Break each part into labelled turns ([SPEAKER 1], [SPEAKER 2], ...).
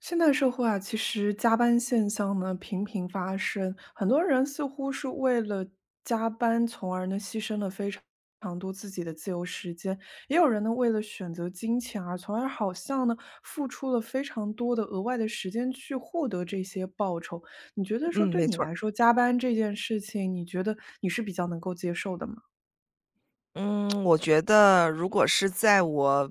[SPEAKER 1] 现代社会啊，其实加班现象呢频频发生，很多人似乎是为了加班，从而呢牺牲了非常多自己的自由时间；也有人呢为了选择金钱而，从而好像呢付出了非常多的额外的时间去获得这些报酬。你觉得说
[SPEAKER 2] 嗯，
[SPEAKER 1] 对
[SPEAKER 2] 没
[SPEAKER 1] 你
[SPEAKER 2] 错儿。
[SPEAKER 1] 来说，加班这件事情，你觉得你是比较能够接受的吗？
[SPEAKER 2] 嗯，我觉得如果是在我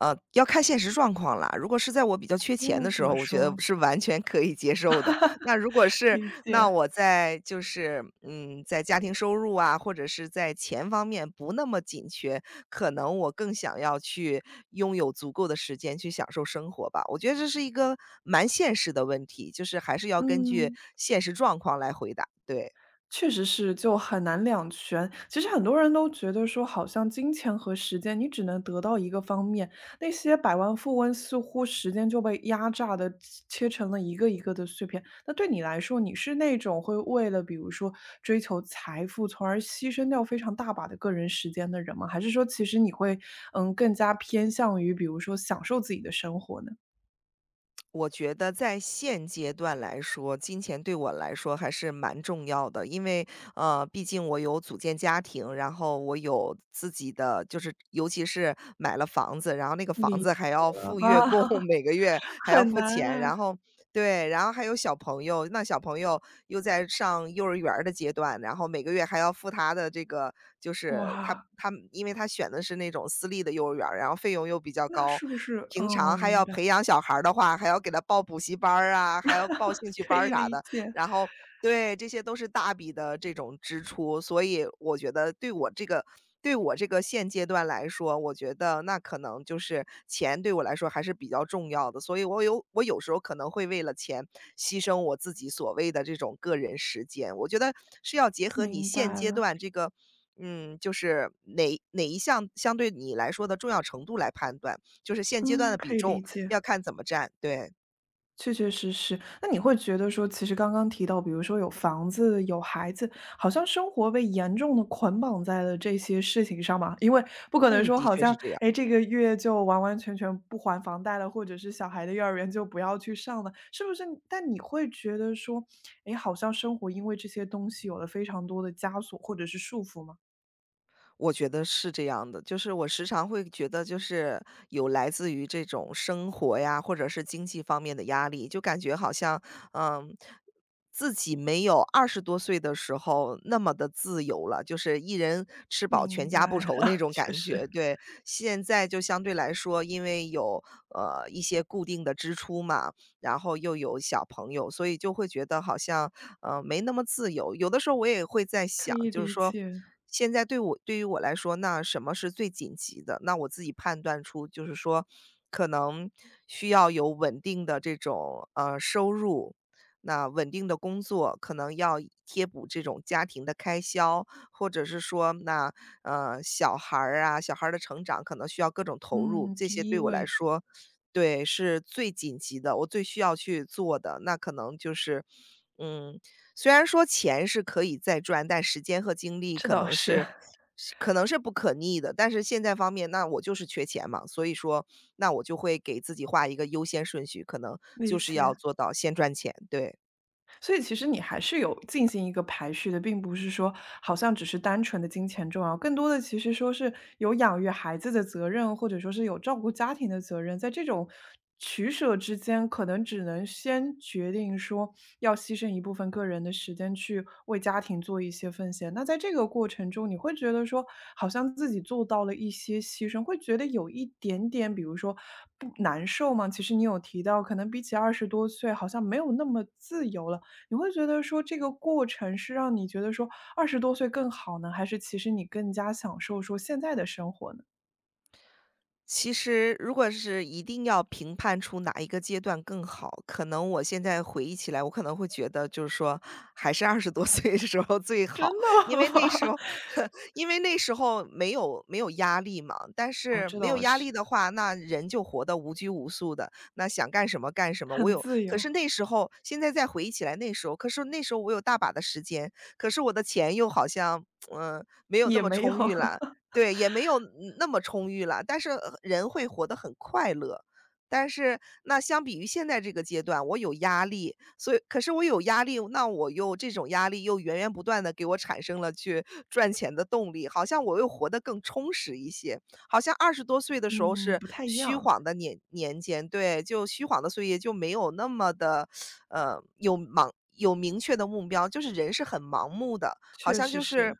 [SPEAKER 2] 呃，要看现实状况啦。如果是在我比较缺钱
[SPEAKER 1] 哦，
[SPEAKER 2] 的
[SPEAKER 1] 怎
[SPEAKER 2] 时候，
[SPEAKER 1] 么
[SPEAKER 2] 我觉得
[SPEAKER 1] 说？
[SPEAKER 2] 是完全可以接受的。那如果是
[SPEAKER 1] 理
[SPEAKER 2] 那
[SPEAKER 1] 解，
[SPEAKER 2] 我在就是，嗯，在家庭收入啊，或者是在钱方面不那么紧缺，可能我更想要去拥有足够的时间去享受生活吧。我觉得这是一个蛮现实的问题，就是还是要根据
[SPEAKER 1] 嗯。
[SPEAKER 2] 现实状况来回答，对。
[SPEAKER 1] 确实是，就很难两全。其实很多人都觉得说，好像金钱和时间，你只能得到一个方面。那些百万富翁似乎时间就被压榨的切成了一个一个的碎片。那对你来说，你是那种会为了比如说追求财富，从而牺牲掉非常大把的个人时间的人吗？还是说，其实你会更加偏向于比如说享受自己的生活呢？
[SPEAKER 2] 我觉得在现阶段来说，金钱对我来说还是蛮重要的，因为毕竟我有组建家庭，然后我有自己的，就是尤其是买了房子，然后那个房
[SPEAKER 1] 理
[SPEAKER 2] 子还 要付
[SPEAKER 1] 的啊，
[SPEAKER 2] 月供，每个月 还要
[SPEAKER 1] 很
[SPEAKER 2] 付
[SPEAKER 1] 难
[SPEAKER 2] 钱，
[SPEAKER 1] 啊，
[SPEAKER 2] 然后对。然后还有小朋友，那小朋友又在上幼儿园儿的阶段，然后每个月还要付他的这个，就是他
[SPEAKER 1] 哇，
[SPEAKER 2] 他因为他选的是那种私立的幼儿园儿，然后费用又比较
[SPEAKER 1] 那
[SPEAKER 2] 高，
[SPEAKER 1] 是不是？
[SPEAKER 2] 平常
[SPEAKER 1] 嗯，
[SPEAKER 2] 还要
[SPEAKER 1] 明白。
[SPEAKER 2] 培养小孩儿的话，还要给他报补习班儿啊，还要报兴 趣
[SPEAKER 1] 可
[SPEAKER 2] 班儿
[SPEAKER 1] 以
[SPEAKER 2] 啥
[SPEAKER 1] 理
[SPEAKER 2] 的，
[SPEAKER 1] 解，
[SPEAKER 2] 然后对。这些都是大笔的这种支出，所以我觉得对我这个现阶段来说，我觉得那可能就是钱对我来说还是比较重要的，所以我有时候可能会为了钱牺牲我自己所谓的这种个人时间。我觉得是要结合你
[SPEAKER 1] 明
[SPEAKER 2] 现
[SPEAKER 1] 白
[SPEAKER 2] 阶
[SPEAKER 1] 了。
[SPEAKER 2] 段这个，就是哪一项相对你来说的重要程度来判断，就是现阶段的
[SPEAKER 1] 嗯，
[SPEAKER 2] 比
[SPEAKER 1] 可以理
[SPEAKER 2] 重
[SPEAKER 1] 解，
[SPEAKER 2] 要看怎么占。对。
[SPEAKER 1] 确确实实。那你会觉得说，其实刚刚提到，比如说有房子、有孩子，好像生活被严重的捆绑在了这些事情上嘛？因为不可能
[SPEAKER 2] 嗯，
[SPEAKER 1] 说
[SPEAKER 2] 的
[SPEAKER 1] 好
[SPEAKER 2] 确是
[SPEAKER 1] 像，
[SPEAKER 2] 这样。
[SPEAKER 1] 哎，这个月就完完全全不还房贷了，或者是小孩的幼儿园就不要去上了，是不是？但你会觉得说，哎，好像生活因为这些东西有了非常多的枷锁或者是束缚吗？
[SPEAKER 2] 我觉得是这样的，就是我时常会觉得，就是有来自于这种生活呀，或者是经济方面的压力，就感觉好像，嗯，自己没有二十多岁的时候那么的自由了，就是一人吃饱全
[SPEAKER 1] 明
[SPEAKER 2] 家不
[SPEAKER 1] 白，
[SPEAKER 2] 愁那 种
[SPEAKER 1] 确
[SPEAKER 2] 感觉。
[SPEAKER 1] 实
[SPEAKER 2] 对。现在就相对来说，因为有一些固定的支出嘛，然后又有小朋友，所以就会觉得好像，没那么自由。有的时候我也会在
[SPEAKER 1] 可
[SPEAKER 2] 想，
[SPEAKER 1] 以
[SPEAKER 2] 就是
[SPEAKER 1] 理
[SPEAKER 2] 说，
[SPEAKER 1] 解。
[SPEAKER 2] 现在对于我来说，那什么是最紧急的？那我自己判断出，就是说，可能需要有稳定的这种收入，那稳定的工作，可能要贴补这种家庭的开销，或者是说，那小孩儿啊，小孩儿的成长可能需要各种投入，
[SPEAKER 1] 嗯，
[SPEAKER 2] 这些
[SPEAKER 1] 第一
[SPEAKER 2] 对我来
[SPEAKER 1] 位，
[SPEAKER 2] 说对，是最紧急的，我最需要去做的，那可能就是，嗯，虽然说钱是可以再赚，但时间和精力
[SPEAKER 1] 这
[SPEAKER 2] 可
[SPEAKER 1] 倒
[SPEAKER 2] 能
[SPEAKER 1] 是
[SPEAKER 2] 是是可能是不可逆的。但是现在方面，那我就是缺钱嘛，所以说，那我就会给自己画一个优先顺序，可能 就
[SPEAKER 1] 理
[SPEAKER 2] 是要
[SPEAKER 1] 解。
[SPEAKER 2] 做到先赚钱，对。
[SPEAKER 1] 所以其实你还是有进行一个排序的，并不是说好像只是单纯的金钱重要，更多的其实说是有养育孩子的责任，或者说是有照顾家庭的责任，在这种取舍之间，可能只能先决定说要牺牲一部分个人的时间去为家庭做一些奉献。那在这个过程中，你会觉得说好像自己做到了一些牺牲，会觉得有一点点，比如说不难受吗？其实你有提到，可能比起二十多岁，好像没有那么自由了。你会觉得说这个过程是让你觉得说二十多岁更好呢，还是其实你更加享受说现在的生活呢？
[SPEAKER 2] 其实如果是一定要评判出哪一个阶段更好，可能我现在回忆起来，我可能会觉得就是说还是二十多岁的时候最
[SPEAKER 1] 真
[SPEAKER 2] 好。
[SPEAKER 1] 的
[SPEAKER 2] 因为那时
[SPEAKER 1] 吗？
[SPEAKER 2] 候 因为那时候没有压力嘛，但
[SPEAKER 1] 哦，
[SPEAKER 2] 是
[SPEAKER 1] 这
[SPEAKER 2] 没有
[SPEAKER 1] 倒
[SPEAKER 2] 压力
[SPEAKER 1] 是，
[SPEAKER 2] 的话，那人就活得无拘无束的，那想干什么干什么。我
[SPEAKER 1] 很
[SPEAKER 2] 有
[SPEAKER 1] 自
[SPEAKER 2] 可
[SPEAKER 1] 由，
[SPEAKER 2] 是那时候现在再回忆起来那时候，可是那时候我有大把的时间，可是我的钱又好像，没有那
[SPEAKER 1] 也
[SPEAKER 2] 么
[SPEAKER 1] 没有，
[SPEAKER 2] 充裕了，对，也没有那么充裕了，但是人会活得很快乐。但是那相比于现在这个阶段，我有压力，所以可是我有压力，那我又这种压力又源源不断的给我产生了去赚钱的动力，好像我又活得更充实一些。好像二十多岁的时候
[SPEAKER 1] 嗯，
[SPEAKER 2] 是
[SPEAKER 1] 不太一
[SPEAKER 2] 虚
[SPEAKER 1] 样，
[SPEAKER 2] 晃的年间，对，就虚晃的岁月就没有那么的，呃，有盲有明确的目标，就是人是很盲目的。好
[SPEAKER 1] 确
[SPEAKER 2] 像
[SPEAKER 1] 实
[SPEAKER 2] 就是
[SPEAKER 1] 是，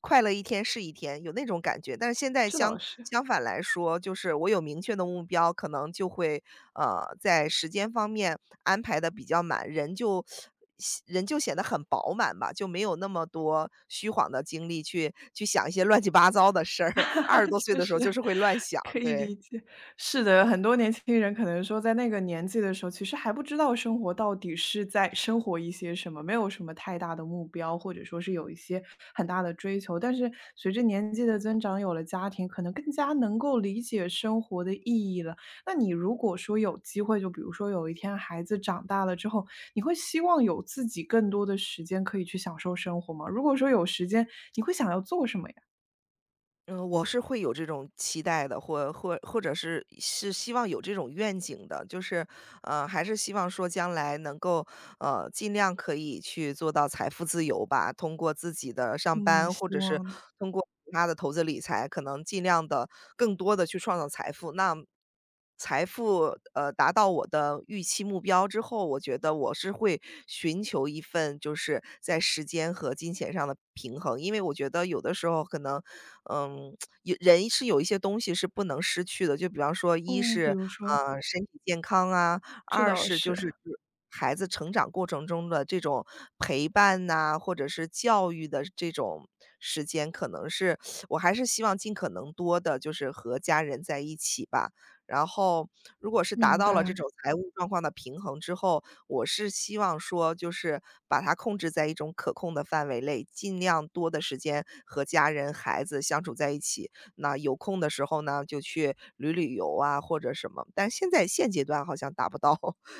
[SPEAKER 2] 快乐一天是一天，有那种感觉。但是现在
[SPEAKER 1] 这
[SPEAKER 2] 相
[SPEAKER 1] 倒是。
[SPEAKER 2] 相反来说，就是我有明确的目标，可能就会在时间方面安排的比较满，人就显得很饱满吧，就没有那么多虚晃的精力去想一些乱七八糟的事儿。二十 多岁
[SPEAKER 1] 确
[SPEAKER 2] 的时
[SPEAKER 1] 实，
[SPEAKER 2] 候就是会乱想，
[SPEAKER 1] 可以
[SPEAKER 2] 对。
[SPEAKER 1] 理解。是的，很多年轻人可能说在那个年纪的时候，其实还不知道生活到底是在生活一些什么，没有什么太大的目标，或者说是有一些很大的追求。但是随着年纪的增长，有了家庭，可能更加能够理解生活的意义了。那你如果说有机会，就比如说有一天孩子长大了之后，你会希望有自己更多的时间可以去享受生活吗？如果说有时间，你会想要做什么呀？
[SPEAKER 2] 嗯，我是会有这种期待的，或者是希望有这种愿景的，就是，还是希望说将来能够，尽量可以去做到财富自由吧。通过自己的上
[SPEAKER 1] 嗯，
[SPEAKER 2] 班，
[SPEAKER 1] 希
[SPEAKER 2] 或者是
[SPEAKER 1] 望的。
[SPEAKER 2] 通过其他的投资理财，可能尽量的更多的去创造财富。那财富达到我的预期目标之后，我觉得我是会寻求一份就是在时间和金钱上的平衡，因为我觉得有的时候可能嗯，有人是有一些东西是不能失去的，就比方说一
[SPEAKER 1] 哦，比
[SPEAKER 2] 是，
[SPEAKER 1] 如说，
[SPEAKER 2] 身体健康啊，
[SPEAKER 1] 这
[SPEAKER 2] 二
[SPEAKER 1] 倒
[SPEAKER 2] 是就
[SPEAKER 1] 是，
[SPEAKER 2] 是指孩子成长过程中的这种陪伴呐，或者是教育的这种时间，可能是我还是希望尽可能多的，就是和家人在一起吧。然后如果是达
[SPEAKER 1] 明
[SPEAKER 2] 到了
[SPEAKER 1] 白，
[SPEAKER 2] 这种财务状况的平衡之后，我是希望说就是把它控制在一种可控的范围内，尽量多的时间和家人、孩子相处在一起。那有空的时候呢，就去旅游啊，或者什么。但现在现阶段好像达不到。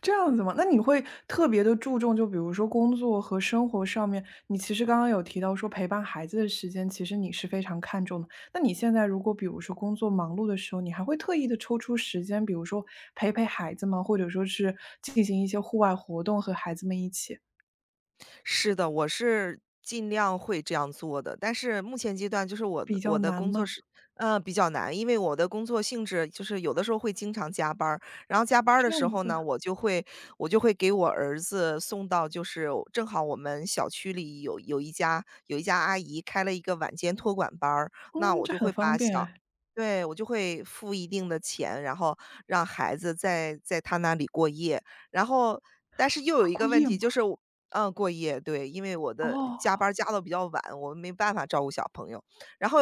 [SPEAKER 1] 这样子吗？那你会特别的注重，就比如说工作和生活上面，你其实刚刚有提到说陪伴孩子的时间，其实你是非常看重的。那你现在如果比如说工作忙碌的时候，你还会特意的抽出时间，比如说陪陪孩子吗？或者说是进行一些户外活动和孩子们一起，
[SPEAKER 2] 是的，我是尽量会这样做的，但是目前阶段就是我的
[SPEAKER 1] 比
[SPEAKER 2] 我
[SPEAKER 1] 较
[SPEAKER 2] 的
[SPEAKER 1] 难
[SPEAKER 2] 工作
[SPEAKER 1] 吗？
[SPEAKER 2] 是，比较难，因为我的工作性质就是有的时候会经常加班儿，然后加班儿的
[SPEAKER 1] 这
[SPEAKER 2] 时
[SPEAKER 1] 样
[SPEAKER 2] 候
[SPEAKER 1] 子，
[SPEAKER 2] 呢，我就会给我儿子送到，就是正好我们小区里有一家阿姨开了一个晚间托管班儿，那
[SPEAKER 1] 嗯，
[SPEAKER 2] 我
[SPEAKER 1] 这
[SPEAKER 2] 就
[SPEAKER 1] 很
[SPEAKER 2] 会把
[SPEAKER 1] 方便
[SPEAKER 2] 小
[SPEAKER 1] 哎。
[SPEAKER 2] 对，我就会付一定的钱，然后让孩子在他那里过夜，然后但是又有
[SPEAKER 1] 啊，
[SPEAKER 2] 一个
[SPEAKER 1] 过
[SPEAKER 2] 问
[SPEAKER 1] 夜
[SPEAKER 2] 题，
[SPEAKER 1] 吗？
[SPEAKER 2] 就是过夜，对，因为我的
[SPEAKER 1] 哦，
[SPEAKER 2] 加班儿加的比较晚，我没办法照顾小朋友。然后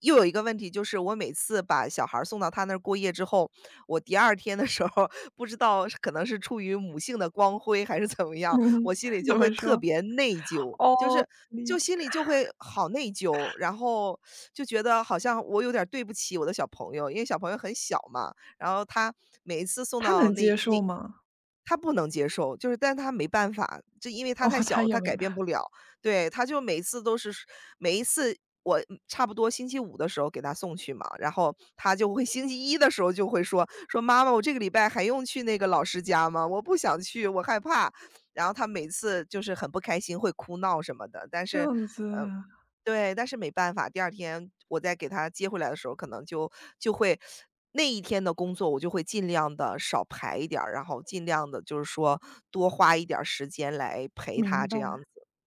[SPEAKER 2] 又有一个问题，就是我每次把小孩儿送到他那儿过夜之后，我第二天的时候，不知道是可能是出于母性的光辉还是怎么 样，我
[SPEAKER 1] 嗯，
[SPEAKER 2] 心里就
[SPEAKER 1] 怎
[SPEAKER 2] 会
[SPEAKER 1] 么
[SPEAKER 2] 特
[SPEAKER 1] 说？
[SPEAKER 2] 别内疚，就
[SPEAKER 1] 哦，
[SPEAKER 2] 是
[SPEAKER 1] 理
[SPEAKER 2] 就
[SPEAKER 1] 解。
[SPEAKER 2] 心里就会好内疚，然后就觉得好像我有点儿对不起我的小朋友，因为小朋友很小嘛，然后他每一次送
[SPEAKER 1] 他
[SPEAKER 2] 到
[SPEAKER 1] 能接
[SPEAKER 2] 那。
[SPEAKER 1] 受吗？
[SPEAKER 2] 他不能接受，就是但他没办法，就因为他
[SPEAKER 1] 哦，
[SPEAKER 2] 太小
[SPEAKER 1] 他
[SPEAKER 2] 了，
[SPEAKER 1] 也
[SPEAKER 2] 他
[SPEAKER 1] 没
[SPEAKER 2] 改
[SPEAKER 1] 办
[SPEAKER 2] 变
[SPEAKER 1] 法
[SPEAKER 2] 不了。对，他就每次都是每一次我差不多星期五的时候给他送去嘛，然后他就会 星期一的时候就会说："妈妈，我这个礼拜还用去那个老师家吗？我不想去，我害怕。"然后他每次就是很不开心，会哭闹什么的，但
[SPEAKER 1] 这
[SPEAKER 2] 是，
[SPEAKER 1] 样子，
[SPEAKER 2] 嗯。对，但是没办法，第二天我再给他接回来的时候，可能就就会那一天的工作我就会尽量的少排一点儿，然后尽量的就是说多花一点儿时间来陪他
[SPEAKER 1] 明
[SPEAKER 2] 这样
[SPEAKER 1] 白。
[SPEAKER 2] 子，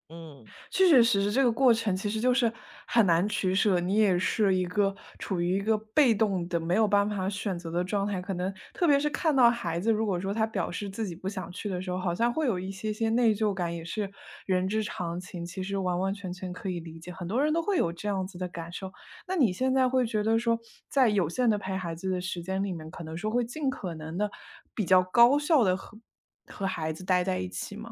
[SPEAKER 2] 嗯。
[SPEAKER 1] 确确实实，这个过程其实就是很难取舍，你也是一个处于一个被动的、没有办法选择的状态。可能特别是看到孩子，如果说他表示自己不想去的时候，好像会有一些些内疚感，也是人之常情。其实完完全全可以理解，很多人都会有这样子的感受。那你现在会觉得说，在有限的陪孩子的时间里面，可能说会尽可能的比较高效的和孩子待在一起吗？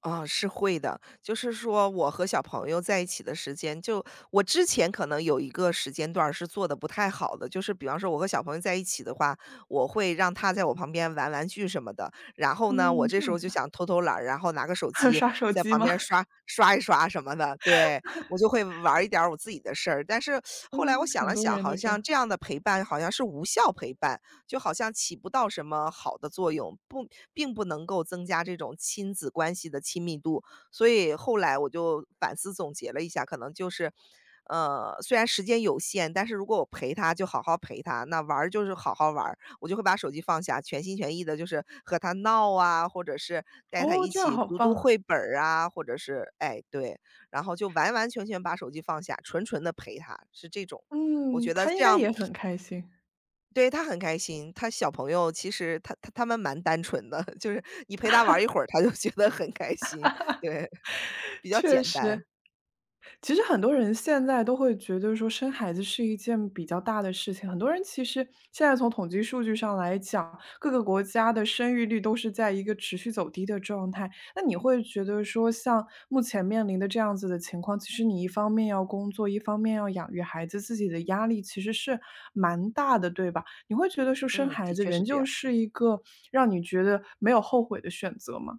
[SPEAKER 2] 啊，是会的。就是说我和小朋友在一起的时间，就我之前可能有一个时间段儿是做的不太好的，就是比方说我和小朋友在一起的话，我会让他在我旁边玩玩具什么的，然后呢，我
[SPEAKER 1] 嗯，
[SPEAKER 2] 这
[SPEAKER 1] 这
[SPEAKER 2] 时
[SPEAKER 1] 样
[SPEAKER 2] 候
[SPEAKER 1] 子，
[SPEAKER 2] 就想 偷偷懒儿然后拿个手
[SPEAKER 1] 还有
[SPEAKER 2] 机
[SPEAKER 1] 刷手
[SPEAKER 2] 在
[SPEAKER 1] 机
[SPEAKER 2] 旁
[SPEAKER 1] 吗？
[SPEAKER 2] 边刷一刷什么的，对，我就会玩儿一点儿我自己的事儿。但是后来我
[SPEAKER 1] 嗯，
[SPEAKER 2] 想
[SPEAKER 1] 很
[SPEAKER 2] 了
[SPEAKER 1] 多
[SPEAKER 2] 想，
[SPEAKER 1] 人都
[SPEAKER 2] 好
[SPEAKER 1] 这
[SPEAKER 2] 像
[SPEAKER 1] 样。
[SPEAKER 2] 这样的陪伴好像是无效陪伴，就好像起不到什么好的作用，不并不能够增加这种亲子关系的亲密度。所以后来我就反思总结了一下，可能就是，虽然时间有限，但是如果我陪他，就好好陪他；那玩儿就是好好玩儿，我就会把手机放下，全心全意的，就是和他闹啊，或者是带他
[SPEAKER 1] 哦，
[SPEAKER 2] 一
[SPEAKER 1] 这样
[SPEAKER 2] 起
[SPEAKER 1] 好
[SPEAKER 2] 读读
[SPEAKER 1] 棒。
[SPEAKER 2] 绘本儿啊，或者是哎对，然后就完完全全把手机放下，纯纯的陪他，是这种。我
[SPEAKER 1] 嗯，
[SPEAKER 2] 觉得
[SPEAKER 1] 他
[SPEAKER 2] 这
[SPEAKER 1] 应该
[SPEAKER 2] 样
[SPEAKER 1] 也很开心，
[SPEAKER 2] 对，他很开心，他小朋友其实他们蛮单纯的，就是你陪他玩儿一会儿，他就觉得很开心，对，比 较
[SPEAKER 1] 确
[SPEAKER 2] 简
[SPEAKER 1] 实。
[SPEAKER 2] 单。
[SPEAKER 1] 其实很多人现在都会觉得说生孩子是一件比较大的事情，很多人其实现在从统计数据上来讲，各个国家的生育率都是在一个持续走低的状态。那你会觉得说，像目前面临的这样子的情况，其实你一方面要工作，一方面要养育孩子，自己的压力其实是蛮大的，对吧？你会觉得说生
[SPEAKER 2] 嗯，
[SPEAKER 1] 孩
[SPEAKER 2] 的
[SPEAKER 1] 子
[SPEAKER 2] 确是
[SPEAKER 1] 仍
[SPEAKER 2] 这
[SPEAKER 1] 旧
[SPEAKER 2] 样。
[SPEAKER 1] 是一个让你觉得没有后悔的选择吗？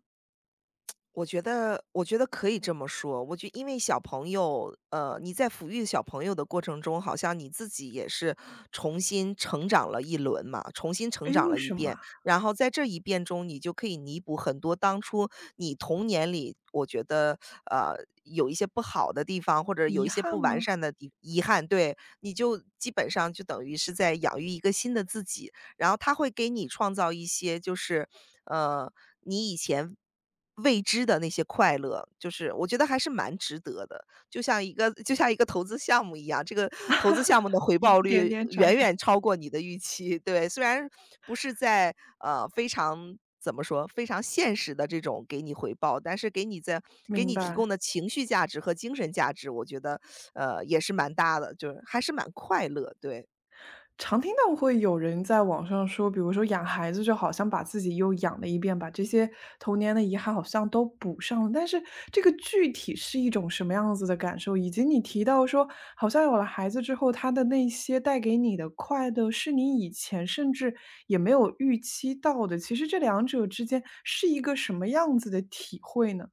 [SPEAKER 2] 我觉得可以这么说，我觉因为小朋友，你在抚育小朋友的过程中，好像你自己也是重新成长了一轮嘛，重新成
[SPEAKER 1] 诶，
[SPEAKER 2] 长
[SPEAKER 1] 为
[SPEAKER 2] 了一
[SPEAKER 1] 什么
[SPEAKER 2] 遍，
[SPEAKER 1] 啊
[SPEAKER 2] 然后在这一遍中，你就可以弥补很多当初你童年里，我觉得，呃，有一些不好的地方，或者有一
[SPEAKER 1] 遗
[SPEAKER 2] 些
[SPEAKER 1] 憾
[SPEAKER 2] 不完
[SPEAKER 1] 吗？
[SPEAKER 2] 善的地遗憾，对，你就基本上就等于是在养育一个新的自己。然后他会给你创造一些就是，呃，你以前未知的那些快乐，就是我觉得还是蛮值得的。就像一个投资项目一样，这个投资项目的回
[SPEAKER 1] 一
[SPEAKER 2] 报
[SPEAKER 1] 点
[SPEAKER 2] 率
[SPEAKER 1] 点
[SPEAKER 2] 远
[SPEAKER 1] 长大，
[SPEAKER 2] 远超过你的预期，对。虽然不是在，非常怎么说，非常现实的这种给你回报，但是给你在给
[SPEAKER 1] 明
[SPEAKER 2] 你提供
[SPEAKER 1] 白。
[SPEAKER 2] 的情绪价值和精神价值，我觉得，也是蛮大的，就是还是蛮快乐，对。
[SPEAKER 1] 常听到会有人在网上说，比如说养孩子就好像把自己又养了一遍，把这些童年的遗憾好像都补上了。但是这个具体是一种什么样子的感受？以及你提到说，好像有了孩子之后，他的那些带给你的快乐，是你以前甚至也没有预期到的。其实这两者之间是一个什么样子的体会呢？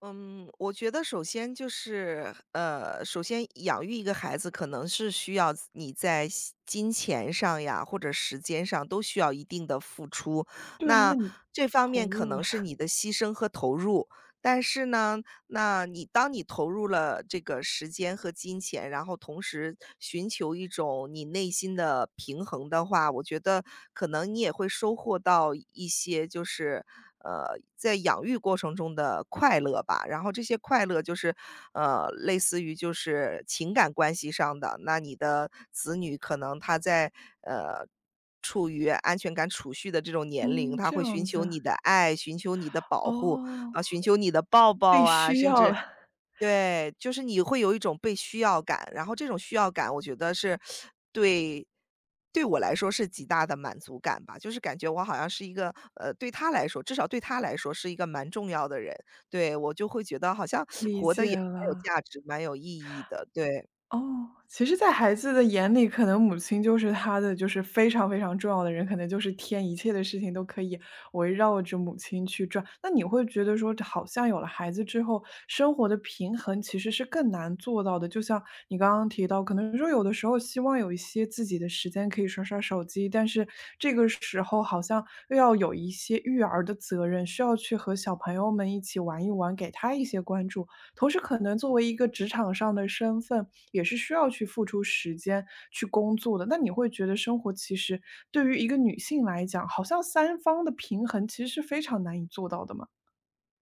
[SPEAKER 2] 嗯，我觉得首先就是，首先养育一个孩子可能是需要你在西金钱上呀，或者时间上都需要一定的付出。
[SPEAKER 1] 对啊，那
[SPEAKER 2] 那
[SPEAKER 1] 你
[SPEAKER 2] 这方
[SPEAKER 1] 投
[SPEAKER 2] 面可
[SPEAKER 1] 入
[SPEAKER 2] 能
[SPEAKER 1] 了，
[SPEAKER 2] 是你的牺牲和投入，但是呢，那你当你投入了这个时间和金钱，然后同时寻求一种你内心的平衡的话，我觉得可能你也会收获到一些就是，在养育过程中的快乐吧。然后这些快乐就是，类似于就是情感关系上的，那你的子女可能他在，呃。处于安全感储蓄的这种 年龄，
[SPEAKER 1] 嗯，
[SPEAKER 2] 他
[SPEAKER 1] 这
[SPEAKER 2] 会寻
[SPEAKER 1] 样
[SPEAKER 2] 求
[SPEAKER 1] 子，
[SPEAKER 2] 你的爱，寻求你的保护，
[SPEAKER 1] 哦，
[SPEAKER 2] 啊，寻求你的抱抱
[SPEAKER 1] 被
[SPEAKER 2] 啊，
[SPEAKER 1] 需
[SPEAKER 2] 甚
[SPEAKER 1] 要
[SPEAKER 2] 至
[SPEAKER 1] 了，
[SPEAKER 2] 对，就是你会有一种被需要感，然后这种需要感我觉得是对对我来说是极大的满足感吧，就是感觉我好像是一个，对他来说至少对他来说是一个蛮重要的人，对，我就会觉得好像
[SPEAKER 1] 理
[SPEAKER 2] 活得
[SPEAKER 1] 解
[SPEAKER 2] 也蛮有
[SPEAKER 1] 了。
[SPEAKER 2] 价值、蛮有意义的，对。
[SPEAKER 1] 哦，其实在孩子的眼里，可能母亲就是他的就是非常非常重要的人，可能就是天，一切的事情都可以围绕着母亲去转。那你会觉得说，好像有了孩子之后，生活的平衡其实是更难做到的。就像你刚刚提到，可能说有的时候希望有一些自己的时间可以刷刷手机，但是这个时候好像又要有一些育儿的责任，需要去和小朋友们一起玩一玩，给他一些关注。同时，可能作为一个职场上的身份，也是需要去付出时间去工作的。那你会觉得生活其实对于一个女性来讲，好像三方的平衡其实是非常难以做到的吗？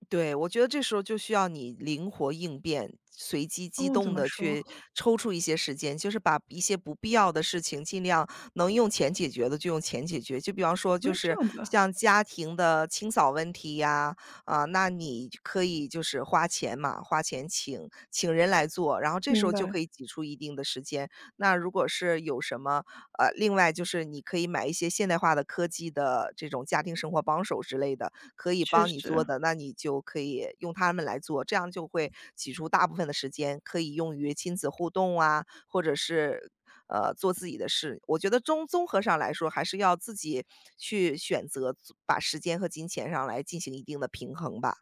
[SPEAKER 2] 对，我觉得这时候就需要你灵活应变，随机机
[SPEAKER 1] 哦，怎
[SPEAKER 2] 动
[SPEAKER 1] 么
[SPEAKER 2] 的去
[SPEAKER 1] 说？
[SPEAKER 2] 抽出一些时间，就是把一些不必要的事情尽量能用钱解决的就用钱解决。就比方说，
[SPEAKER 1] 因
[SPEAKER 2] 就
[SPEAKER 1] 为这
[SPEAKER 2] 是
[SPEAKER 1] 样子，
[SPEAKER 2] 像家庭的清扫问题呀，啊，那你可以就是花钱嘛，花钱请人来做，然后这时
[SPEAKER 1] 明
[SPEAKER 2] 候就可
[SPEAKER 1] 白，
[SPEAKER 2] 以挤出一定的时间。那如果是有什么另外就是你可以买一些现代化的科技的这种家庭生活帮手之类的。可以
[SPEAKER 1] 确
[SPEAKER 2] 帮你做
[SPEAKER 1] 实。
[SPEAKER 2] 的，那你就可以用他们来做，这样就会挤出大部分的时间，可以用于亲子互动啊，或者是，做自己的事。我觉得综合上来说，还是要自己去选择把时间和金钱上来进行一定的平衡吧。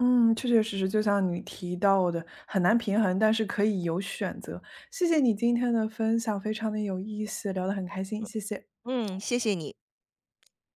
[SPEAKER 1] 嗯，确确实实，就像你提到的，很难平衡，但是可以有选择。谢谢你今天的分享，非常的有意思，聊得很开心，谢谢。
[SPEAKER 2] 嗯，谢谢你。